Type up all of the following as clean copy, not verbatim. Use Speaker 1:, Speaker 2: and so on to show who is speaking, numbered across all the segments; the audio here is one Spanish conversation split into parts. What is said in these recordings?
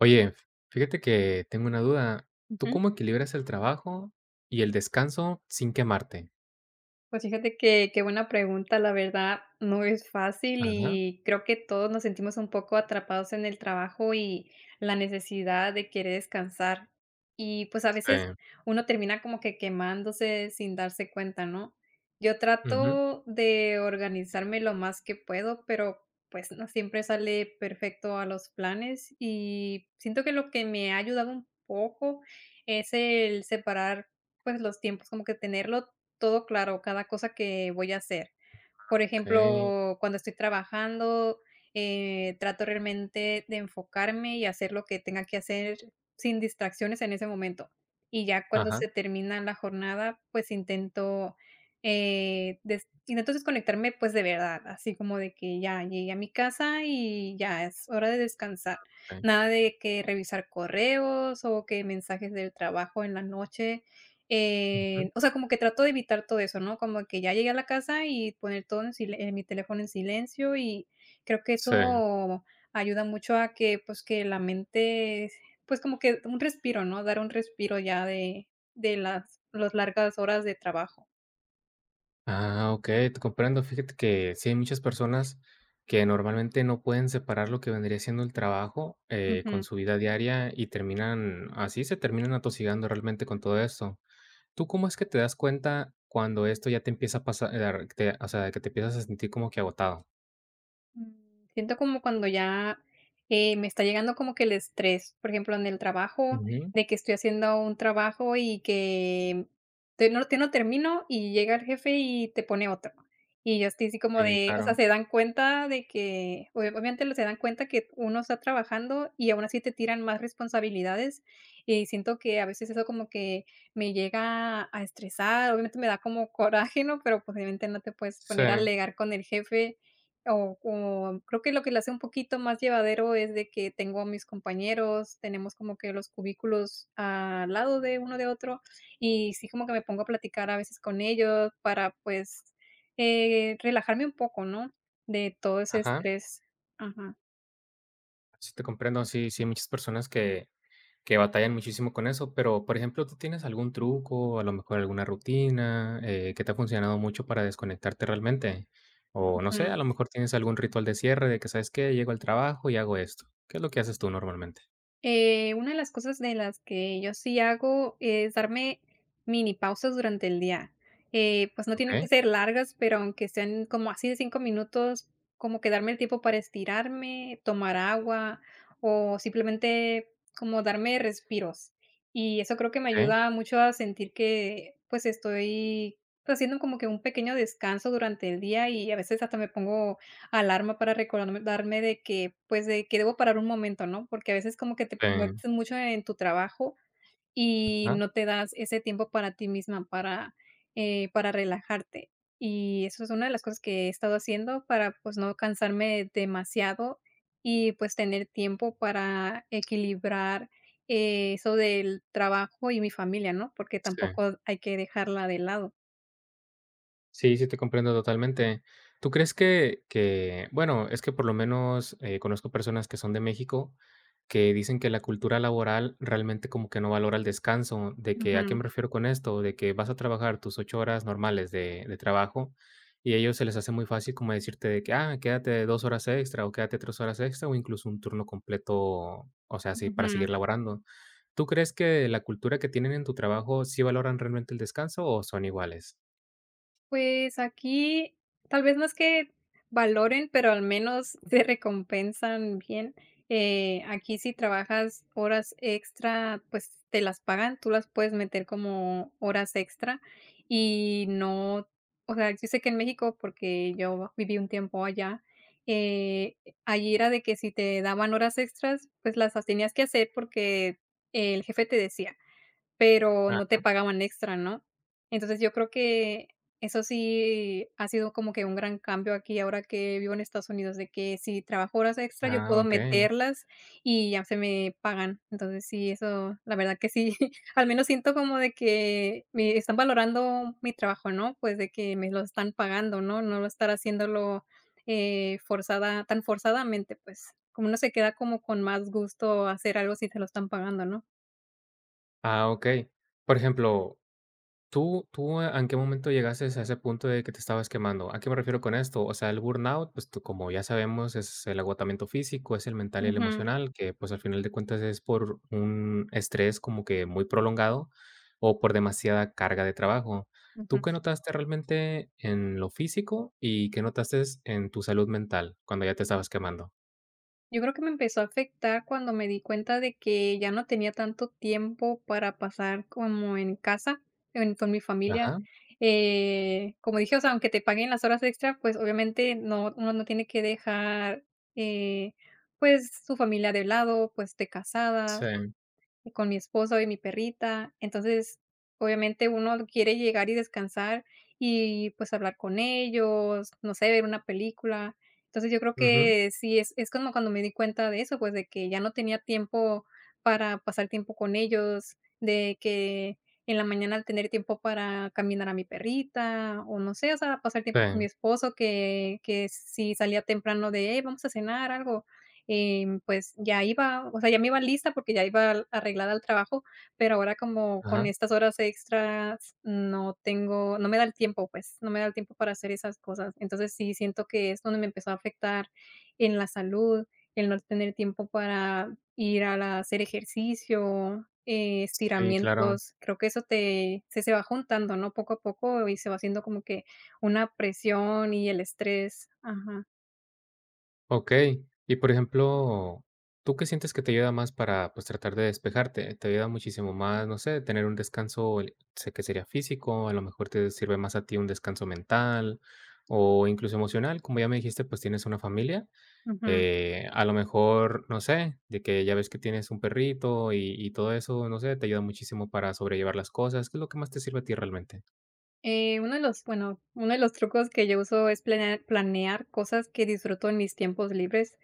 Speaker 1: Oye, fíjate que tengo una duda. ¿Tú
Speaker 2: Ujú.
Speaker 1: cómo equilibras el trabajo y el descanso sin quemarte?
Speaker 2: Pues fíjate que qué buena pregunta, la verdad no es fácil
Speaker 1: Ajá.
Speaker 2: y creo que todos nos sentimos un poco atrapados en el trabajo y la necesidad de querer descansar. Y pues a veces
Speaker 1: Sí.
Speaker 2: uno termina como que quemándose sin darse cuenta, ¿no? Yo
Speaker 1: Ujú.
Speaker 2: trato de organizarme lo más que puedo, pero pues no siempre sale perfecto a los planes y siento que lo que me ha ayudado un poco es el separar pues los tiempos, como que tenerlo todo claro, cada cosa que voy a hacer. Por
Speaker 1: Okey.
Speaker 2: ejemplo, cuando estoy trabajando, trato realmente de enfocarme y hacer lo que tenga que hacer sin distracciones en ese momento. Y ya cuando
Speaker 1: Ajá.
Speaker 2: se termina la jornada, pues intento, desconectarme, pues, de verdad, así como de que ya llegué a mi casa y ya es hora de descansar.
Speaker 1: Okey.
Speaker 2: Nada de que revisar correos o que mensajes del trabajo en la noche.
Speaker 1: Ujú.
Speaker 2: O sea, como que trato de evitar todo eso, ¿no? Como que ya llegué a la casa y poner todo en mi teléfono en silencio, y creo que
Speaker 1: Sí.
Speaker 2: eso ayuda mucho a que, pues, que la mente, pues, como que un respiro, ¿no? Dar un respiro ya de las largas horas de trabajo.
Speaker 1: Ah, okey, te comprendo. Fíjate que sí hay muchas personas que normalmente no pueden separar lo que vendría siendo el trabajo, con su vida diaria y terminan así se terminan atosigando realmente con todo esto. ¿Tú cómo es que te das cuenta cuando esto ya te empieza a pasar, te o sea, que te empiezas a sentir como que agotado?
Speaker 2: Mm, Siento como cuando ya, me está llegando como que el estrés, por ejemplo, en el trabajo, de que estoy haciendo un trabajo y que te no termino y llega el jefe y te pone otro. Y yo estoy así como
Speaker 1: Sí,
Speaker 2: de, o
Speaker 1: claro.
Speaker 2: sea, se dan cuenta de que obvia obviamente lo se dan cuenta que uno está trabajando y aún así te tiran más responsabilidades, y siento que a veces eso como que me llega a estresar, obviamente me da como coraje, ¿no? Pero, pues, obviamente no te puedes
Speaker 1: Sí,
Speaker 2: poner a alegar con el jefe, o creo que lo hace un poquito más llevadero es de que tengo a mis compañeros, tenemos como que los cubículos al lado de uno de otro, y sí como que me pongo a platicar a veces con ellos para, pues, relajarme un poco, ¿no?, de todo ese
Speaker 1: ajá.
Speaker 2: estrés. Ajá.
Speaker 1: Sí, te comprendo. Sí, sí, hay muchas personas que batallan muchísimo con eso, pero, por ejemplo, ¿tú tienes algún truco, a lo mejor alguna rutina, que te ha funcionado mucho para desconectarte realmente? O no sé, a lo mejor tienes algún ritual de cierre de que, ¿sabes qué? Llego al trabajo y hago esto. ¿Qué es lo que haces tú normalmente?
Speaker 2: Una de las cosas de las que yo sí hago es darme mini pausas durante el día. Pues no tienen que
Speaker 1: Okey,
Speaker 2: ser largas, pero aunque sean como así de 5 minutos, como que darme el tiempo para estirarme, tomar agua o simplemente como darme respiros. Y eso creo que me
Speaker 1: okey,
Speaker 2: ayuda mucho a sentir que pues estoy, pues, haciendo como que un pequeño descanso durante el día y a veces hasta me pongo alarma para recordarme, darme de que, pues, de que debo parar un momento, ¿no? Porque a veces como que te
Speaker 1: sí,
Speaker 2: metes mucho en tu trabajo y
Speaker 1: ajá,
Speaker 2: no te das ese tiempo para ti misma, para relajarte. Y eso es una de las cosas que he estado haciendo para, pues, no cansarme demasiado y, pues, tener tiempo para equilibrar eso del trabajo y mi familia, ¿no? Porque
Speaker 1: sí.
Speaker 2: tampoco hay que dejarla de lado.
Speaker 1: Sí, sí, te comprendo totalmente. ¿Tú crees que, bueno, es que por lo menos, conozco personas que son de México, que dicen que la cultura laboral realmente como que no valora el descanso, de que, ¿a qué
Speaker 2: Ujú,
Speaker 1: me refiero con esto? De que vas a trabajar tus 8 horas normales de trabajo, y a ellos se les hace muy fácil como decirte de que: "Ah, quédate 2 horas extra, o quédate 3 horas extra, o incluso un turno completo, o sea, sí, para
Speaker 2: ujú.
Speaker 1: seguir laborando". ¿Tú crees que la cultura que tienen en tu trabajo sí valoran realmente el descanso o son iguales?
Speaker 2: Pues aquí, tal vez no es que valoren, pero al menos te recompensan bien. Aquí si trabajas horas extra, pues te las pagan, tú las puedes meter como horas extra y no, o sea, yo sé que en México, porque yo viví un tiempo allá, eh, allí era de que si te daban horas extras, pues las tenías que hacer porque el jefe te decía. Pero no te pagaban extra, ¿no? Entonces, yo creo que eso sí ha sido como que un gran cambio aquí ahora que vivo en Estados Unidos, de que si trabajo horas extra, yo
Speaker 1: Ah,
Speaker 2: puedo
Speaker 1: okey.
Speaker 2: meterlas y ya se me pagan. Entonces, sí, eso, la verdad que sí, al menos siento como de que me están valorando mi trabajo, ¿no? Pues, de que me lo están pagando, ¿no? No lo estar haciéndolo, forzada, tan forzadamente, pues, como uno se queda como con más gusto hacer algo si te lo están pagando, ¿no?
Speaker 1: Ah, okey. Por ejemplo, ¿tú en qué momento llegaste a ese punto de que te estabas quemando? ¿A qué me refiero con esto? O sea, el burnout, pues, tú como ya sabemos, es el agotamiento físico, es el mental y el
Speaker 2: Ujú,
Speaker 1: emocional, que, pues, al final de cuentas es por un estrés como que muy prolongado o por demasiada carga de trabajo.
Speaker 2: ujú.
Speaker 1: ¿Tú qué notaste realmente en lo físico y qué notaste en tu salud mental cuando ya te estabas quemando?
Speaker 2: Yo creo que me empezó a afectar cuando me di cuenta de que ya no tenía tanto tiempo para pasar como en casa, en con mi familia.
Speaker 1: Ajá.
Speaker 2: Como dije, o sea, aunque te paguen las horas extra, pues, obviamente, no, uno no tiene que dejar, eh, pues, su familia de lado, pues, de casada,
Speaker 1: Sí.
Speaker 2: y con mi esposo y mi perrita. Entonces, obviamente uno quiere llegar y descansar y, pues, hablar con ellos, no sé, ver una película. Entonces, yo creo
Speaker 1: Ujú.
Speaker 2: que sí es como cuando me di cuenta de eso, pues, de que ya no tenía tiempo para pasar tiempo con ellos, de que en la mañana al tener tiempo para caminar a mi perrita o no sé, o sea, pasar tiempo con mi
Speaker 1: Sí.
Speaker 2: esposo, que si salía temprano de: "Hey, vamos a cenar", algo. Pues ya iba, o sea, ya me iba lista porque ya iba al arreglada al trabajo, pero ahora como con
Speaker 1: Ajá.
Speaker 2: estas horas extras no tengo, no me da el tiempo, pues, no me da el tiempo para hacer esas cosas. Entonces, sí siento que es donde me empezó a afectar en la salud, el no tener tiempo para ir al hacer ejercicio,
Speaker 1: Sí, claro.
Speaker 2: estiramientos. Creo que eso te se va juntando, ¿no? Poco a poco y se va haciendo como que una presión y el estrés. Ajá.
Speaker 1: Okey. Y, por ejemplo, ¿tú qué sientes que te ayuda más para, pues, tratar de despejarte? ¿Te ayuda muchísimo más, no sé, tener un descanso, el sé que sería físico, a lo mejor te sirve más a ti un descanso mental o incluso emocional? Como ya me dijiste, pues, tienes una familia,
Speaker 2: Ujú.
Speaker 1: a lo mejor, no sé, de que ya ves que tienes un perrito y todo eso, no sé, te ayuda muchísimo para sobrellevar las cosas. ¿Qué es lo que más te sirve a ti realmente?
Speaker 2: Uno de los, bueno, uno de los trucos que yo uso es planear cosas que disfruto en mis tiempos libres,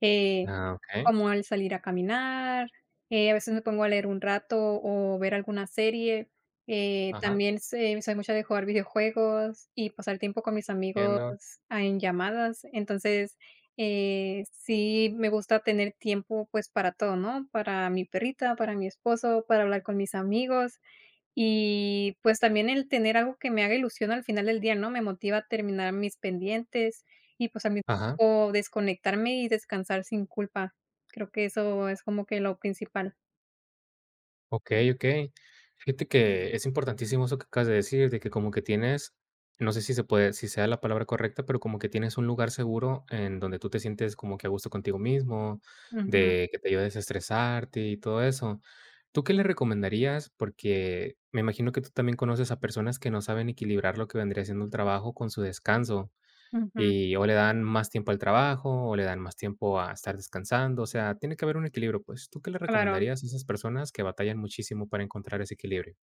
Speaker 2: eh,
Speaker 1: Ah, okey.
Speaker 2: como el salir a caminar, a veces me pongo a leer un rato o ver alguna serie.
Speaker 1: Ajá,
Speaker 2: También se soy mucho de jugar videojuegos y pasar tiempo con mis amigos,
Speaker 1: entiendo.
Speaker 2: en llamadas. Entonces, sí me gusta tener tiempo, pues, para todo, ¿no? Para mi perrita, para mi esposo, para hablar con mis amigos. Y, pues, también el tener algo que me haga ilusión al final del día, ¿no? Me motiva a terminar mis pendientes y, pues, al mismo
Speaker 1: Ajá.
Speaker 2: tiempo desconectarme y descansar sin culpa. Creo que eso es como que lo principal.
Speaker 1: Okey, okey. Fíjate que es importantísimo eso que acabas de decir, de que como que tienes, no sé si se puede si sea la palabra correcta, pero como que tienes un lugar seguro en donde tú te sientes como que a gusto contigo mismo,
Speaker 2: Ujú,
Speaker 1: de que te ayuda a desestresarte y todo eso. ¿Tú qué le recomendarías? Porque me imagino que tú también conoces a personas que no saben equilibrar lo que vendría siendo el trabajo con su descanso.
Speaker 2: ujú,
Speaker 1: Y o le dan más tiempo al trabajo, o le dan más tiempo a estar descansando, o sea, tiene que haber un equilibrio, pues, ¿tú qué le
Speaker 2: claro.
Speaker 1: recomendarías a esas personas que batallan muchísimo para encontrar ese equilibrio?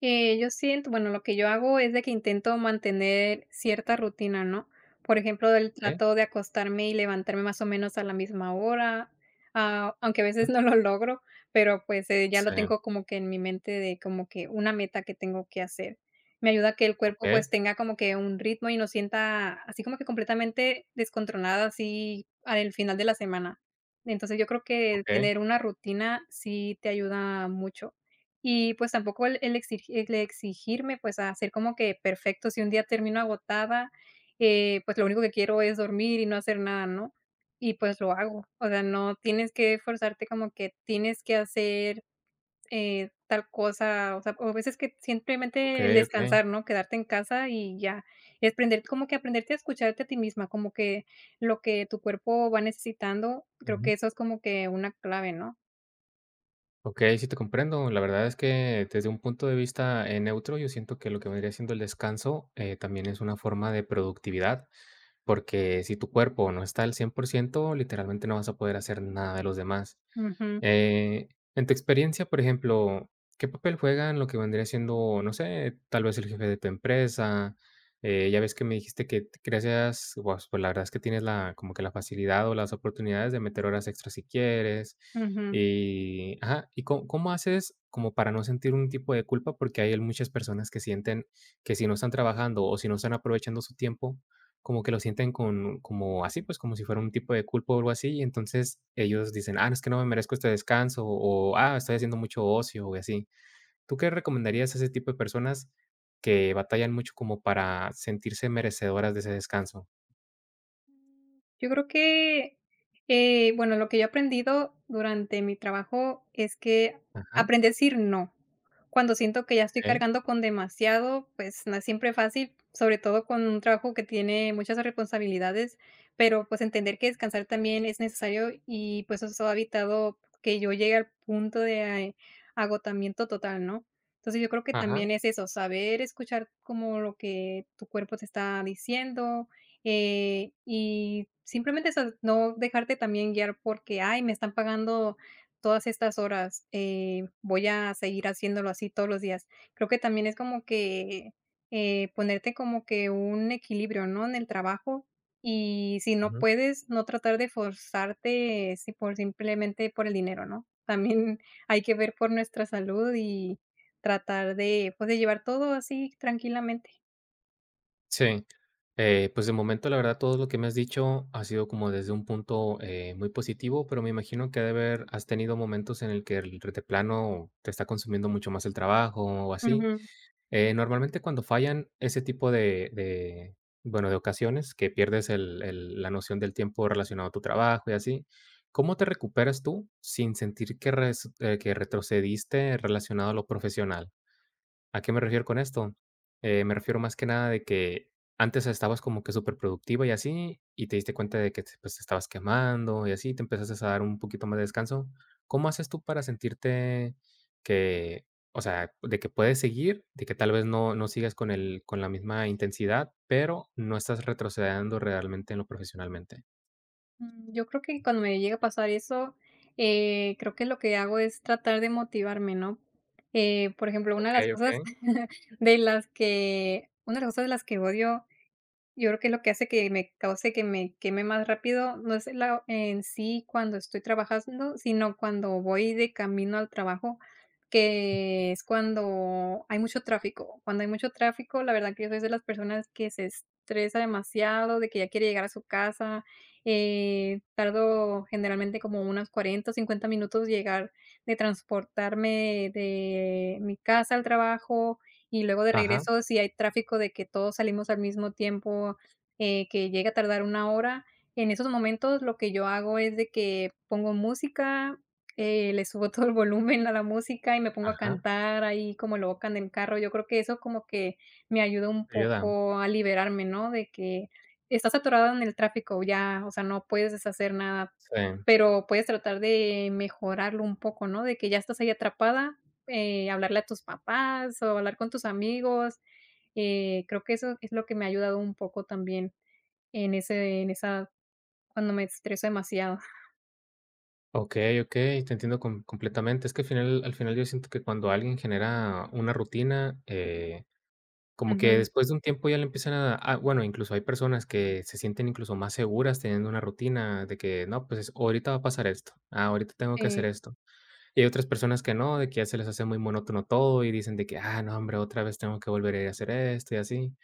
Speaker 2: Yo siento Bueno, lo que yo hago es de que intento mantener cierta rutina, ¿no? Por ejemplo, el
Speaker 1: ¿Eh?
Speaker 2: trato de acostarme y levantarme más o menos a la misma hora, aunque a veces
Speaker 1: Mm,
Speaker 2: no lo logro, pero, pues, ya lo
Speaker 1: sí,
Speaker 2: tengo como que en mi mente de como que una meta que tengo que hacer. Me ayuda a que el cuerpo,
Speaker 1: okey,
Speaker 2: pues, tenga como que un ritmo y no sienta así como que completamente descontrolada, así al final de la semana. Entonces, yo creo que
Speaker 1: okey,
Speaker 2: tener una rutina sí te ayuda mucho. Y, pues, tampoco el el exigi el exigirme, pues, a hacer como que perfecto, si un día termino agotada, pues, lo único que quiero es dormir y no hacer nada, ¿no? Y, pues, lo hago. O sea, no tienes que forzarte como que tienes que hacer, tal cosa, o sea, o a veces que simplemente el
Speaker 1: okey, okey.
Speaker 2: descansar, ¿no? Quedarte en casa y ya. Y aprender como que aprenderte a escucharte a ti misma, como que lo que tu cuerpo va necesitando, creo que eso es como que una clave, ¿no?
Speaker 1: Ok, sí te comprendo. La verdad es que desde un punto de vista, neutro, yo siento que lo que vendría siendo el descanso, también es una forma de productividad, porque si tu cuerpo no está al 100% literalmente no vas a poder hacer nada de los demás.
Speaker 2: Ujú,
Speaker 1: Eh, en tu experiencia, por ejemplo, ¿qué papel juega en lo que vendría siendo, no sé, tal vez el jefe de tu empresa? Ya ves que me dijiste que t gracias, pues, la verdad es que tienes la como que la facilidad o las oportunidades de meter horas extras si quieres.
Speaker 2: ujú.
Speaker 1: Y, ajá, ¿y có cómo haces como para no sentir un tipo de culpa? Porque hay muchas personas que sienten que si no están trabajando o si no están aprovechando su tiempo, como que lo sienten con como así, pues, como si fuera un tipo de culpa o algo así, y entonces ellos dicen: "Ah, no, es que no me merezco este descanso", o "Ah, estoy haciendo mucho ocio", o así. ¿Tú qué recomendarías a ese tipo de personas que batallan mucho como para sentirse merecedoras de ese descanso?
Speaker 2: Yo creo que, bueno, lo que yo he aprendido durante mi trabajo es que
Speaker 1: Ajá,
Speaker 2: aprendí a decir no. Cuando siento que ya estoy
Speaker 1: okey,
Speaker 2: cargando con demasiado, pues no es siempre fácil, sobre todo con un trabajo que tiene muchas responsabilidades, pero pues entender que descansar también es necesario y pues eso ha evitado que yo llegue al punto de agotamiento total, ¿no? Entonces yo creo que
Speaker 1: ajá.
Speaker 2: también es eso, saber escuchar como lo que tu cuerpo te está diciendo, y simplemente eso, no dejarte también guiar porque, ay, me están pagando todas estas horas, voy a seguir haciéndolo así todos los días. Creo que también es como que ponerte como que un equilibrio, ¿no? En el trabajo. Y si no puedes, no tratar de forzarte si por simplemente por el dinero, ¿no? También hay que ver por nuestra salud y tratar de, pues, de llevar todo así tranquilamente.
Speaker 1: Sí, pues de momento, la verdad, todo lo que me has dicho ha sido como desde un punto muy positivo, pero me imagino que ha de haber, has tenido momentos en el que el de plano te está consumiendo mucho más el trabajo o así.
Speaker 2: Ujú.
Speaker 1: Normalmente cuando fallan ese tipo bueno, de ocasiones que pierdes la noción del tiempo relacionado a tu trabajo y así, ¿cómo te recuperas tú sin sentir que, que retrocediste relacionado a lo profesional? ¿A qué me refiero con esto? Me refiero más que nada de que antes estabas como que superproductiva y así, y te diste cuenta de que te, pues, te estabas quemando y así, te empezaste a dar un poquito más de descanso. ¿Cómo haces tú para sentirte que, o sea, de que puedes seguir, de que tal vez no, no sigas con el, con la misma intensidad, pero no estás retrocediendo realmente en lo profesionalmente?
Speaker 2: Yo creo que cuando me llega a pasar eso, creo que lo que hago es tratar de motivarme, ¿no? Por ejemplo, una de
Speaker 1: Ok,
Speaker 2: las cosas
Speaker 1: ok.
Speaker 2: de las que una de las cosas de las que odio, yo creo que lo que hace que me queme más rápido, no es la en sí cuando estoy trabajando, sino cuando voy de camino al trabajo, que es cuando hay mucho tráfico. Cuando hay mucho tráfico, la verdad que yo soy de las personas que se estresa demasiado, de que ya quiere llegar a su casa. Tardo generalmente como unos 40 o 50 minutos llegar, de transportarme de mi casa al trabajo y luego de
Speaker 1: Ajá,
Speaker 2: regreso, si hay tráfico de que todos salimos al mismo tiempo, que llega a tardar una hora, en esos momentos lo que yo hago es de que pongo música, le subo todo el volumen a la música y me pongo a
Speaker 1: ajá,
Speaker 2: cantar ahí como loca en el carro. Yo creo que eso como que me ayuda un
Speaker 1: ayuda.
Speaker 2: poco a liberarme, ¿no? De que estás atorado en el tráfico, ya, o sea, no puedes deshacer nada,
Speaker 1: Sí.
Speaker 2: pero puedes tratar de mejorarlo un poco, ¿no? De que ya estás ahí atrapada, hablarle a tus papás o hablar con tus amigos. Creo que eso es lo que me ha ayudado un poco también en ese en esa cuando me estreso demasiado.
Speaker 1: Okey, okey, te entiendo com completamente. Es que al final yo siento que cuando alguien genera una rutina, como que
Speaker 2: Ujú,
Speaker 1: después de un tiempo ya le empiezan a bueno, incluso hay personas que se sienten incluso más seguras teniendo una rutina de que no, pues, es- ahorita va a pasar esto, ah, ahorita tengo que hacer
Speaker 2: sí.
Speaker 1: esto. Y hay otras personas que no, de que ya se les hace muy monótono todo y dicen de que: "Ah, no, hombre, otra vez tengo que volver a ir a hacer esto y así".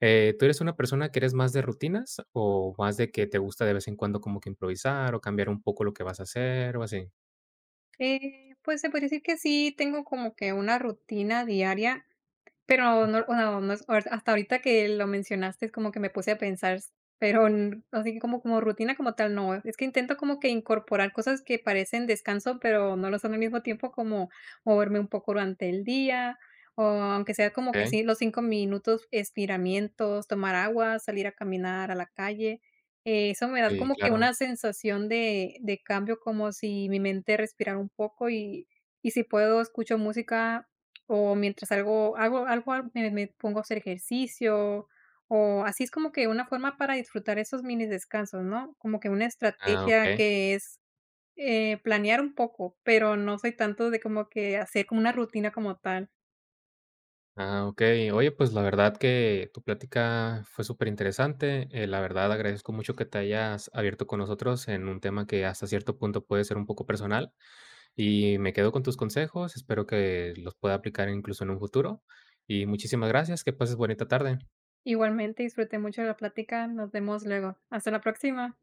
Speaker 1: ¿Tú eres una persona que eres más de rutinas o más de que te gusta de vez en cuando como que improvisar o cambiar un poco lo que vas a hacer o así?
Speaker 2: Pues, se podría decir que sí tengo como que una rutina diaria. Pero no, no, no, hasta ahorita que lo mencionaste, es como que me puse a pensar, pero así que como rutina como tal, no. Es que intento como que incorporar cosas que parecen descanso, pero no lo son al mismo tiempo, como moverme un poco durante el día, o aunque sea como que
Speaker 1: Okay,
Speaker 2: sí, los 5 minutos, estiramientos, tomar agua, salir a caminar a la calle. Eso me da
Speaker 1: sí,
Speaker 2: como que
Speaker 1: claro.
Speaker 2: una sensación de cambio, como si mi mente respirara un poco y si puedo escucho música o mientras algo hago algo al me pongo a hacer ejercicio, o así es como que una forma para disfrutar esos mini descansos, ¿no? Como que una
Speaker 1: Ah,
Speaker 2: estrategia
Speaker 1: okey.
Speaker 2: que es, planear un poco, pero no soy tanto de como que hacer como una rutina como tal.
Speaker 1: Ah, okey. Oye, pues, la verdad que tu plática fue superinteresante. La verdad agradezco mucho que te hayas abierto con nosotros en un tema que hasta cierto punto puede ser un poco personal, y me quedo con tus consejos. Espero que los pueda aplicar incluso en un futuro. Y muchísimas gracias. Que pases bonita tarde.
Speaker 2: Igualmente disfruté mucho de la plática, nos vemos luego. Hasta la próxima.